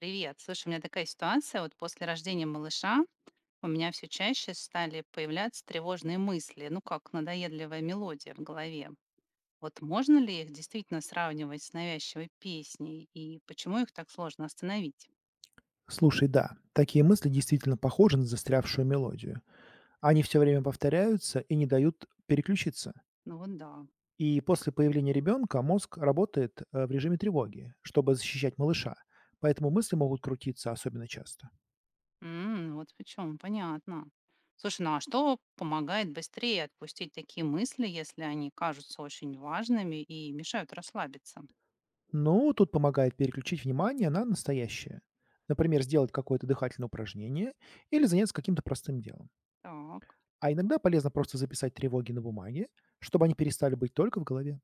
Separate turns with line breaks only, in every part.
Привет. Слушай, у меня такая ситуация. Вот после рождения малыша у меня все чаще стали появляться тревожные мысли, ну как надоедливая мелодия в голове. Вот можно ли их действительно сравнивать с навязчивой песней? И почему их так сложно остановить?
Слушай, да, такие мысли действительно похожи на застрявшую мелодию. Они все время повторяются и не дают переключиться.
Ну вот да.
И после появления ребенка мозг работает в режиме тревоги, чтобы защищать малыша. Поэтому мысли могут крутиться особенно часто.
М, вот почему, понятно. Слушай, ну а что помогает быстрее отпустить такие мысли, если они кажутся очень важными и мешают расслабиться?
Ну, тут помогает переключить внимание на настоящее. Например, сделать какое-то дыхательное упражнение или заняться каким-то простым делом.
Так.
А иногда полезно просто записать тревоги на бумаге, чтобы они перестали быть только в голове.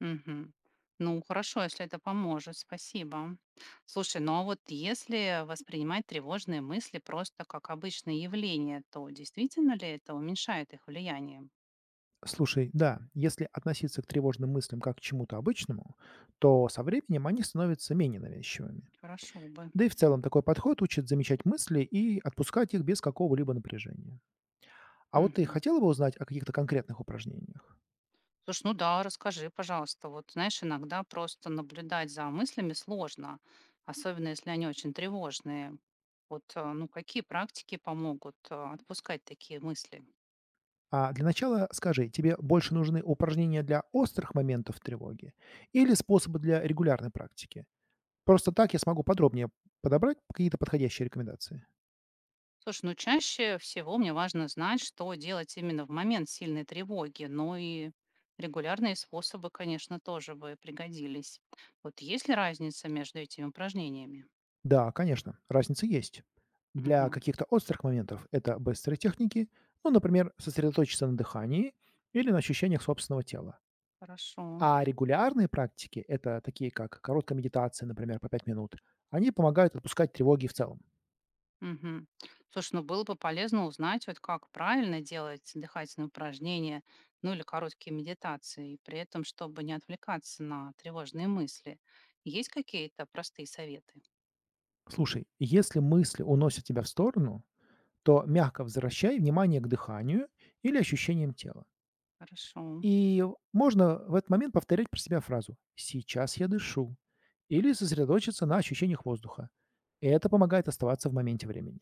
Мгм. Ну, хорошо, если это поможет, спасибо. Слушай, ну а вот если воспринимать тревожные мысли просто как обычное явление, то действительно ли это уменьшает их влияние?
Слушай, да, если относиться к тревожным мыслям как к чему-то обычному, то со временем они становятся менее навязчивыми.
Хорошо бы.
Да и в целом такой подход учит замечать мысли и отпускать их без какого-либо напряжения. А вот ты
Мгм.
хотела бы узнать о каких-то конкретных упражнениях?
Слушай, ну да, расскажи, пожалуйста. Вот знаешь, иногда просто наблюдать за мыслями сложно, особенно если они очень тревожные. Вот, какие практики помогут отпускать такие мысли?
А для начала скажи, тебе больше нужны упражнения для острых моментов тревоги или способы для регулярной практики? Просто так я смогу подробнее подобрать какие-то подходящие рекомендации.
Слушай, ну чаще всего мне важно знать, что делать именно в момент сильной тревоги, но и регулярные способы, конечно, тоже бы пригодились. Вот есть ли разница между этими упражнениями?
Да, конечно, разница есть. Для
Мгм.
каких-то острых моментов это быстрые техники, ну, например, сосредоточиться на дыхании или на ощущениях собственного тела.
Хорошо.
А регулярные практики, это такие как короткая медитация, например, по 5 минут, они помогают отпускать тревоги в целом.
Мгм. Слушай, ну было бы полезно узнать, вот как правильно делать дыхательные упражнения, ну или короткие медитации, при этом, чтобы не отвлекаться на тревожные мысли. Есть какие-то простые советы?
Слушай, если мысли уносят тебя в сторону, то мягко возвращай внимание к дыханию или ощущениям тела.
Хорошо.
И можно в этот момент повторять про себя фразу «сейчас я дышу» или сосредоточиться на ощущениях воздуха. Это помогает оставаться в моменте времени.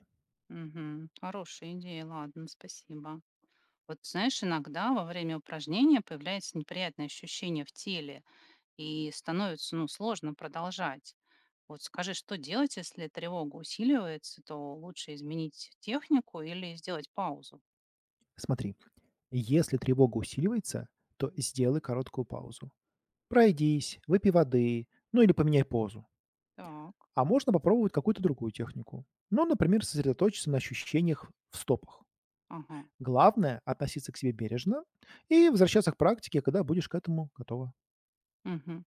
Мгм. Хорошая идея, ладно, спасибо. Вот знаешь, иногда во время упражнения появляется неприятное ощущение в теле и становится, ну, сложно продолжать. Вот скажи, что делать, если тревога усиливается, то лучше изменить технику или сделать паузу?
Смотри, если тревога усиливается, то сделай короткую паузу. Пройдись, выпей воды, ну или поменяй позу.
Так,
А можно попробовать какую-то другую технику. Ну, например, сосредоточиться на ощущениях в стопах.
ага,
Главное– относиться к себе бережно и возвращаться к практике, когда будешь к этому готова.
мгм.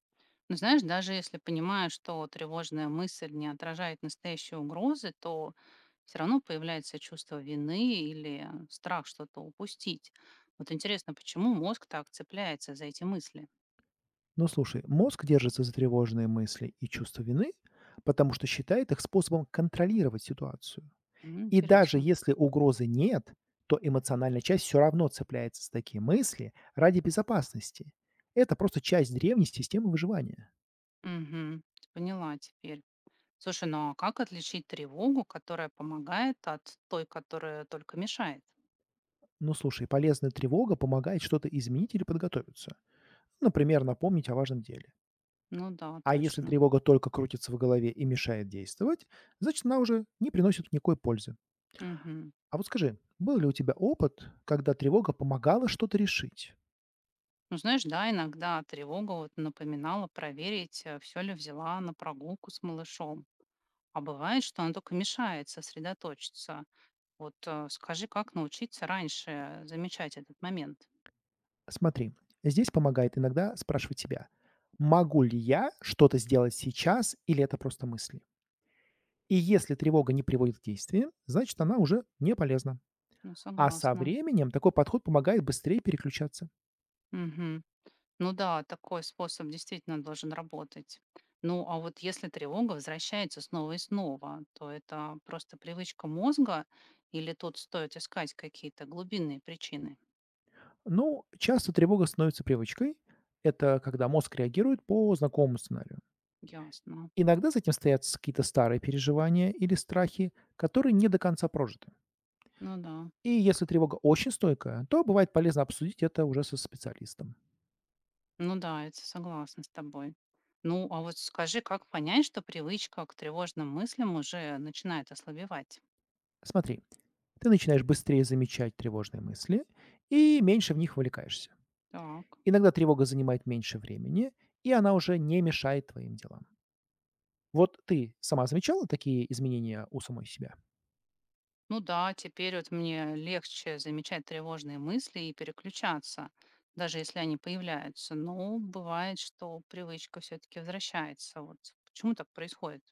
Но знаешь, даже если понимаешь, что тревожная мысль не отражает настоящей угрозы, то все равно появляется чувство вины или страх что-то упустить. Вот интересно, почему мозг так цепляется за эти мысли?
Ну слушай, мозг держится за тревожные мысли и чувство вины, потому что считает их способом контролировать ситуацию.
М,
И даже
интересно.
если угрозы нет, то эмоциональная часть все равно цепляется за такие мысли ради безопасности. Это просто часть древней системы выживания.
Угу, поняла теперь. Слушай, ну а как отличить тревогу, которая помогает от той, которая только мешает?
Ну слушай, полезная тревога помогает что-то изменить или подготовиться. Например, напомнить о важном деле.
Ну да,
А если
точно.
тревога только крутится в голове и мешает действовать, значит она уже не приносит никакой пользы.
Мгм.
А вот скажи, был ли у тебя опыт, когда тревога помогала что-то решить?
Ну, знаешь, да, иногда тревога вот напоминала проверить, все ли взяла на прогулку с малышом. А бывает, что она только мешает сосредоточиться. Вот скажи, как научиться раньше замечать этот момент?
Смотри, здесь помогает иногда спрашивать себя, могу ли я что-то сделать сейчас или это просто мысли? И если тревога не приводит к действиям, значит она уже не полезна.
Ну,
А со
согласна.
временем такой подход помогает быстрее переключаться.
Мгм. Ну да, такой способ действительно должен работать. Ну, а вот если тревога возвращается снова и снова, то это просто привычка мозга или тут стоит искать какие-то глубинные причины?
Ну, часто тревога становится привычкой. Это когда мозг реагирует по знакомому сценарию.
Ясно.
Иногда за этим стоят какие-то старые переживания или страхи, которые не до конца прожиты.
Ну да.
И если тревога очень стойкая, то бывает полезно обсудить это уже со специалистом.
Ну да, я согласна с тобой. Ну, а вот скажи, как понять, что привычка к тревожным мыслям уже начинает ослабевать?
Смотри, ты начинаешь быстрее замечать тревожные мысли и меньше в них вовлекаешься.
Так.
Иногда тревога занимает меньше времени, и она уже не мешает твоим делам. Вот ты сама замечала такие изменения у самой себя?
Ну да, теперь вот мне легче замечать тревожные мысли и переключаться, даже если они появляются. Но бывает, что привычка все-таки возвращается. Вот почему так происходит?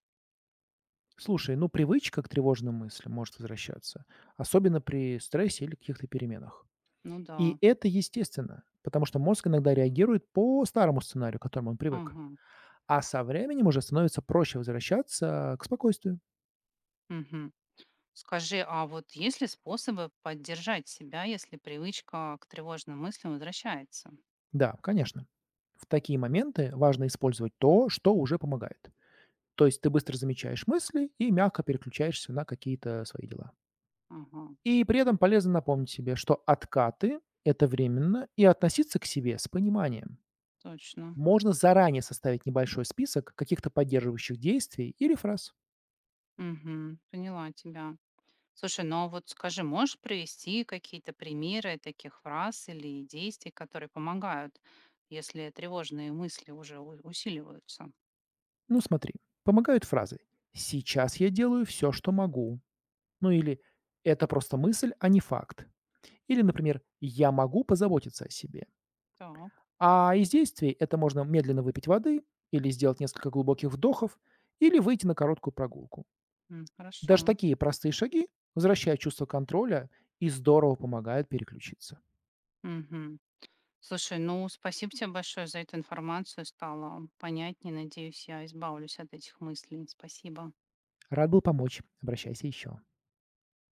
Слушай, ну привычка к тревожным мыслям может возвращаться, особенно при стрессе или каких-то переменах.
Ну да.
И это естественно, потому что мозг иногда реагирует по старому сценарию, к которому он привык.
Ага.
А со временем уже становится проще возвращаться к спокойствию.
Мгм. Скажи, а вот есть ли способы поддержать себя, если привычка к тревожным мыслям возвращается?
Да, конечно. В такие моменты важно использовать то, что уже помогает. То есть ты быстро замечаешь мысли и мягко переключаешься на какие-то свои дела.
Ага,
И при этом полезно напомнить себе, что откаты– это временно, и относиться к себе с пониманием.
точно.
Можно заранее составить небольшой список каких-то поддерживающих действий или фраз.
Мгм. Поняла тебя. Слушай, ну а вот скажи, можешь привести какие-то примеры таких фраз или действий, которые помогают, если тревожные мысли уже усиливаются?
Ну смотри, помогают фразы «Сейчас я делаю все, что могу». Ну или «Это просто мысль, а не факт». Или, например, «я могу позаботиться о себе».
Так,
А из действий это можно медленно выпить воды или сделать несколько глубоких вдохов, или выйти на короткую прогулку.
м, хорошо.
Даже такие простые шаги возвращают чувство контроля и здорово помогают переключиться.
Мгм. Слушай, ну спасибо тебе большое за эту информацию, стало понятнее. Надеюсь, я избавлюсь от этих мыслей. Спасибо.
Рад был помочь. Обращайся еще.